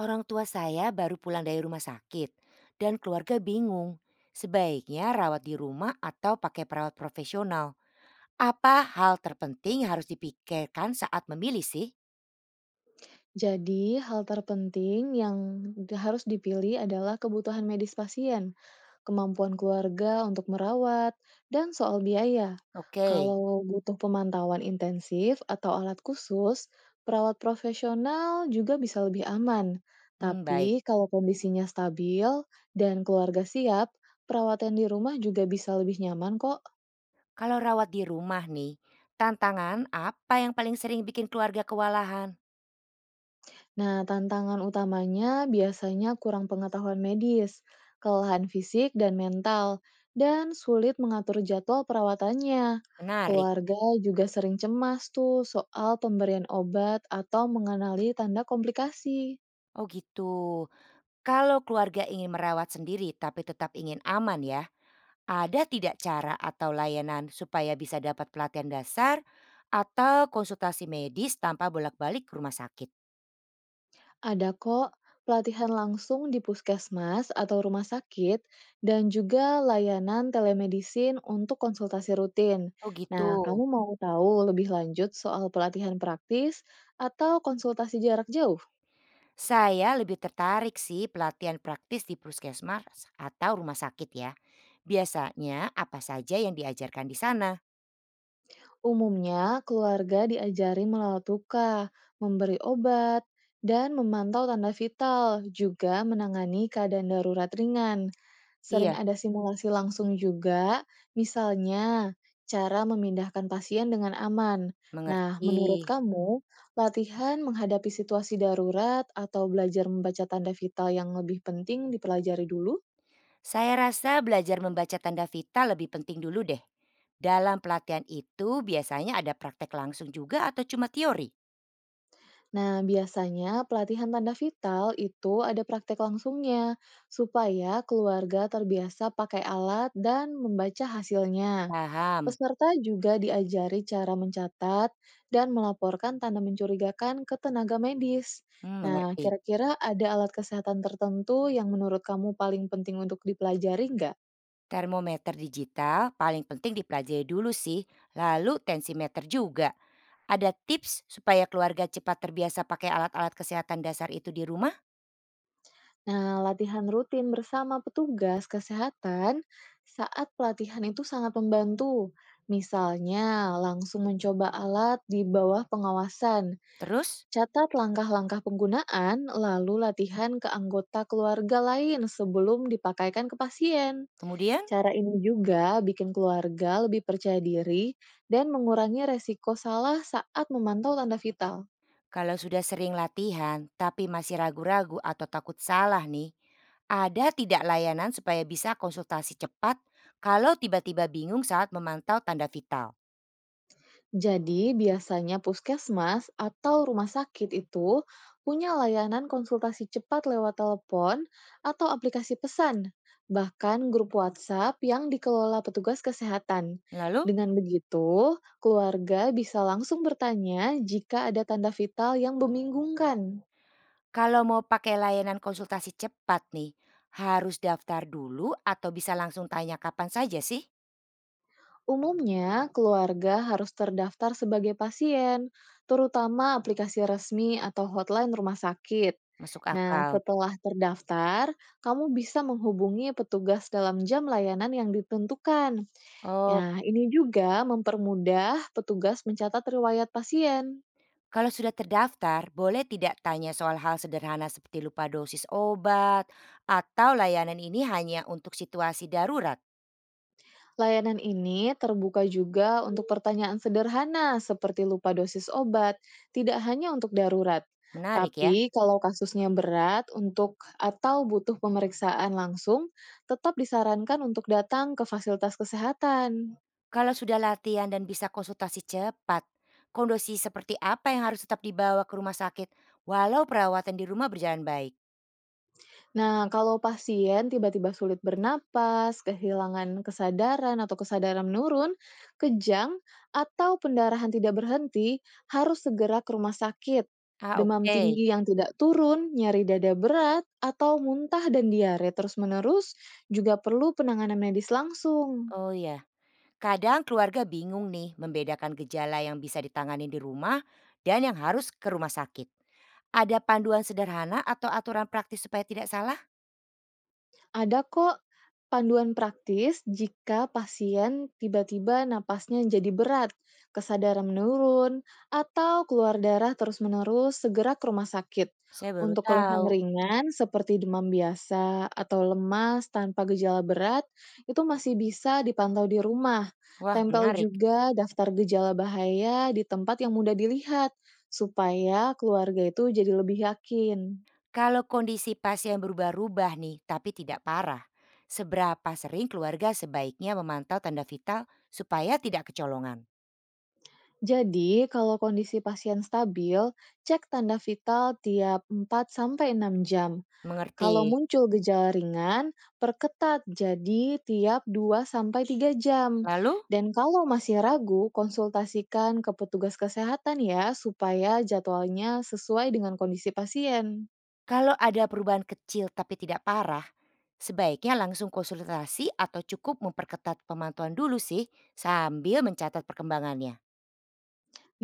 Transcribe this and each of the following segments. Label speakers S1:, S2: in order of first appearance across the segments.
S1: Orang tua saya baru pulang dari rumah sakit dan keluarga bingung. Sebaiknya rawat di rumah atau pakai perawat profesional. Apa hal terpenting harus dipikirkan saat memilih sih?
S2: Jadi, hal terpenting yang harus dipilih adalah kebutuhan medis pasien, kemampuan keluarga untuk merawat, dan soal biaya.
S1: Oke.
S2: Kalau butuh pemantauan intensif atau alat khusus, perawat profesional juga bisa lebih aman.
S1: Baik.
S2: Tapi, kalau kondisinya stabil dan keluarga siap, perawatan di rumah juga bisa lebih nyaman kok.
S1: Kalau rawat di rumah nih, tantangan apa yang paling sering bikin keluarga kewalahan?
S2: Nah, tantangan utamanya biasanya kurang pengetahuan medis, kelelahan fisik dan mental, dan sulit mengatur jadwal perawatannya.
S1: Menarik.
S2: Keluarga juga sering cemas tuh soal pemberian obat atau mengenali tanda komplikasi.
S1: Oh gitu. Kalau keluarga ingin merawat sendiri tapi tetap ingin aman ya, ada tidak cara atau layanan supaya bisa dapat pelatihan dasar atau konsultasi medis tanpa bolak-balik ke rumah sakit?
S2: Ada kok pelatihan langsung di puskesmas atau rumah sakit dan juga layanan telemedicine untuk konsultasi rutin.
S1: Oh gitu.
S2: Nah, kamu mau tahu lebih lanjut soal pelatihan praktis atau konsultasi jarak jauh?
S1: Saya lebih tertarik sih pelatihan praktis di puskesmas atau rumah sakit ya. Biasanya apa saja yang diajarkan di sana?
S2: Umumnya, keluarga diajari melawat luka, memberi obat, dan memantau tanda vital, juga menangani keadaan darurat ringan. Sering
S1: Iya,
S2: ada simulasi langsung juga, misalnya cara memindahkan pasien dengan aman. Nah,
S1: mengerti.
S2: menurut kamu, latihan menghadapi situasi darurat atau belajar membaca tanda vital yang lebih penting dipelajari dulu?
S1: Saya rasa belajar membaca tanda vital lebih penting dulu deh. Dalam pelatihan itu biasanya ada praktek langsung juga atau cuma teori?
S2: Nah, biasanya pelatihan tanda vital itu ada praktek langsungnya, supaya keluarga terbiasa pakai alat dan membaca hasilnya.
S1: Paham.
S2: Peserta juga diajari cara mencatat dan melaporkan tanda mencurigakan ke tenaga medis. Nah,
S1: Mengerti.
S2: kira-kira ada alat kesehatan tertentu yang menurut kamu paling penting untuk dipelajari nggak?
S1: Termometer digital paling penting dipelajari dulu sih, lalu tensimeter juga. Ada tips supaya keluarga cepat terbiasa pakai alat-alat kesehatan dasar itu di rumah?
S2: Nah, latihan rutin bersama petugas kesehatan saat pelatihan itu sangat membantu. Misalnya, langsung mencoba alat di bawah pengawasan,
S1: Terus,
S2: catat langkah-langkah penggunaan, lalu latihan ke anggota keluarga lain sebelum dipakaikan ke pasien.
S1: kemudian
S2: Cara ini juga bikin keluarga lebih percaya diri dan mengurangi resiko salah saat memantau tanda vital.
S1: kalau sudah sering latihan tapi masih ragu-ragu atau takut salah nih, ada tidak layanan supaya bisa konsultasi cepat kalau tiba-tiba bingung saat memantau tanda vital?
S2: Jadi, biasanya puskesmas atau rumah sakit itu punya layanan konsultasi cepat lewat telepon atau aplikasi pesan, bahkan grup WhatsApp yang dikelola petugas kesehatan.
S1: Lalu,
S2: Dengan begitu, keluarga bisa langsung bertanya jika ada tanda vital yang membingungkan.
S1: kalau mau pakai layanan konsultasi cepat nih, harus daftar dulu atau bisa langsung tanya kapan saja sih?
S2: Umumnya, keluarga harus terdaftar sebagai pasien, terutama aplikasi resmi atau hotline rumah sakit.
S1: Masuk
S2: Nah,
S1: akal.
S2: setelah terdaftar, kamu bisa menghubungi petugas dalam jam layanan yang ditentukan.
S1: Oh,
S2: Nah, ini juga mempermudah petugas mencatat riwayat pasien.
S1: kalau sudah terdaftar, boleh tidak tanya soal hal sederhana seperti lupa dosis obat atau layanan ini hanya untuk situasi darurat?
S2: Layanan ini terbuka juga untuk pertanyaan sederhana seperti lupa dosis obat, tidak hanya untuk darurat.
S1: Menarik ya.
S2: Tapi kalau kasusnya berat untuk atau butuh pemeriksaan langsung, tetap disarankan untuk datang ke fasilitas kesehatan.
S1: Kalau sudah latihan dan bisa konsultasi cepat, kondisi seperti apa yang harus tetap dibawa ke rumah sakit walau perawatan di rumah berjalan baik?
S2: Nah, kalau pasien tiba-tiba sulit bernapas, kehilangan kesadaran atau kesadaran menurun, kejang, atau pendarahan tidak berhenti, harus segera ke rumah sakit.
S1: Ah,
S2: Demam
S1: oke.
S2: tinggi yang tidak turun, nyeri dada berat, atau muntah dan diare terus-menerus juga perlu penanganan medis langsung.
S1: Oh ya. Kadang keluarga bingung nih membedakan gejala yang bisa ditangani di rumah dan yang harus ke rumah sakit. Ada panduan sederhana atau aturan praktis supaya tidak salah?
S2: Ada kok panduan praktis jika pasien tiba-tiba napasnya jadi berat, kesadaran menurun, atau keluar darah terus-menerus, segera ke rumah sakit.
S1: Saya baru
S2: Untuk keluhan
S1: tahu.
S2: ringan seperti demam biasa atau lemas tanpa gejala berat, itu masih bisa dipantau di rumah.
S1: Wah,
S2: Tempel
S1: menarik.
S2: juga daftar gejala bahaya di tempat yang mudah dilihat, supaya keluarga itu jadi lebih yakin.
S1: Kalau kondisi pasien berubah-ubah nih tapi tidak parah, seberapa sering keluarga sebaiknya memantau tanda vital supaya tidak kecolongan?
S2: Jadi, kalau kondisi pasien stabil, cek tanda vital tiap 4 sampai 6 jam.
S1: Mengerti.
S2: Kalau muncul gejala ringan, perketat jadi tiap 2 sampai 3 jam.
S1: Lalu
S2: Dan kalau masih ragu, konsultasikan ke petugas kesehatan ya, supaya jadwalnya sesuai dengan kondisi pasien.
S1: kalau ada perubahan kecil tapi tidak parah, sebaiknya langsung konsultasi atau cukup memperketat pemantauan dulu sih sambil mencatat perkembangannya.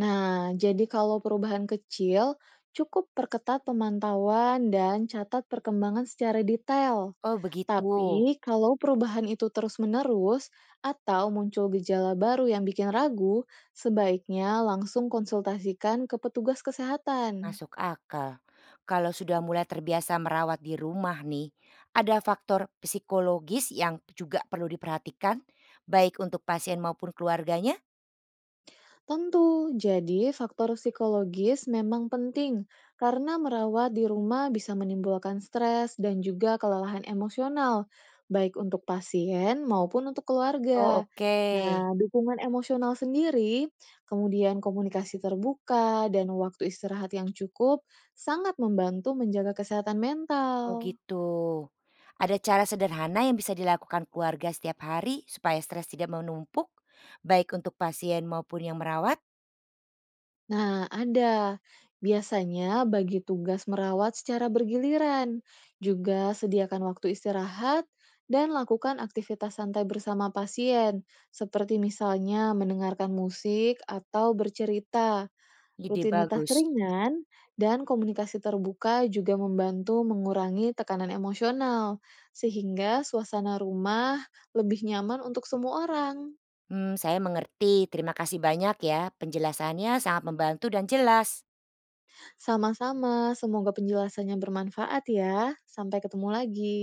S2: Nah, jadi kalau perubahan kecil, cukup perketat pemantauan dan catat perkembangan secara detail.
S1: Oh begitu,
S2: Tapi kalau perubahan itu terus-menerus atau muncul gejala baru yang bikin ragu, sebaiknya langsung konsultasikan ke petugas kesehatan.
S1: masuk akal. Kalau sudah mulai terbiasa merawat di rumah nih, ada faktor psikologis yang juga perlu diperhatikan, baik untuk pasien maupun keluarganya?
S2: Tentu, jadi faktor psikologis memang penting karena merawat di rumah bisa menimbulkan stres dan juga kelelahan emosional, baik untuk pasien maupun untuk
S1: Oh
S2: keluarga.
S1: oke.
S2: Nah, dukungan emosional sendiri, kemudian komunikasi terbuka, dan waktu istirahat yang cukup sangat membantu menjaga kesehatan
S1: Oh
S2: mental.
S1: gitu. Ada cara sederhana yang bisa dilakukan keluarga setiap hari supaya stres tidak menumpuk, baik untuk pasien maupun yang merawat?
S2: Nah, ada. Biasanya bagi tugas merawat secara bergiliran, juga sediakan waktu istirahat, dan lakukan aktivitas santai bersama pasien, seperti misalnya mendengarkan musik atau bercerita.
S1: Ide
S2: Rutinitas
S1: bagus.
S2: ringan dan komunikasi terbuka juga membantu mengurangi tekanan emosional, sehingga suasana rumah lebih nyaman untuk semua orang.
S1: Saya mengerti. Terima kasih banyak ya. Penjelasannya sangat membantu dan jelas.
S2: Sama-sama, semoga penjelasannya bermanfaat ya. Sampai ketemu lagi.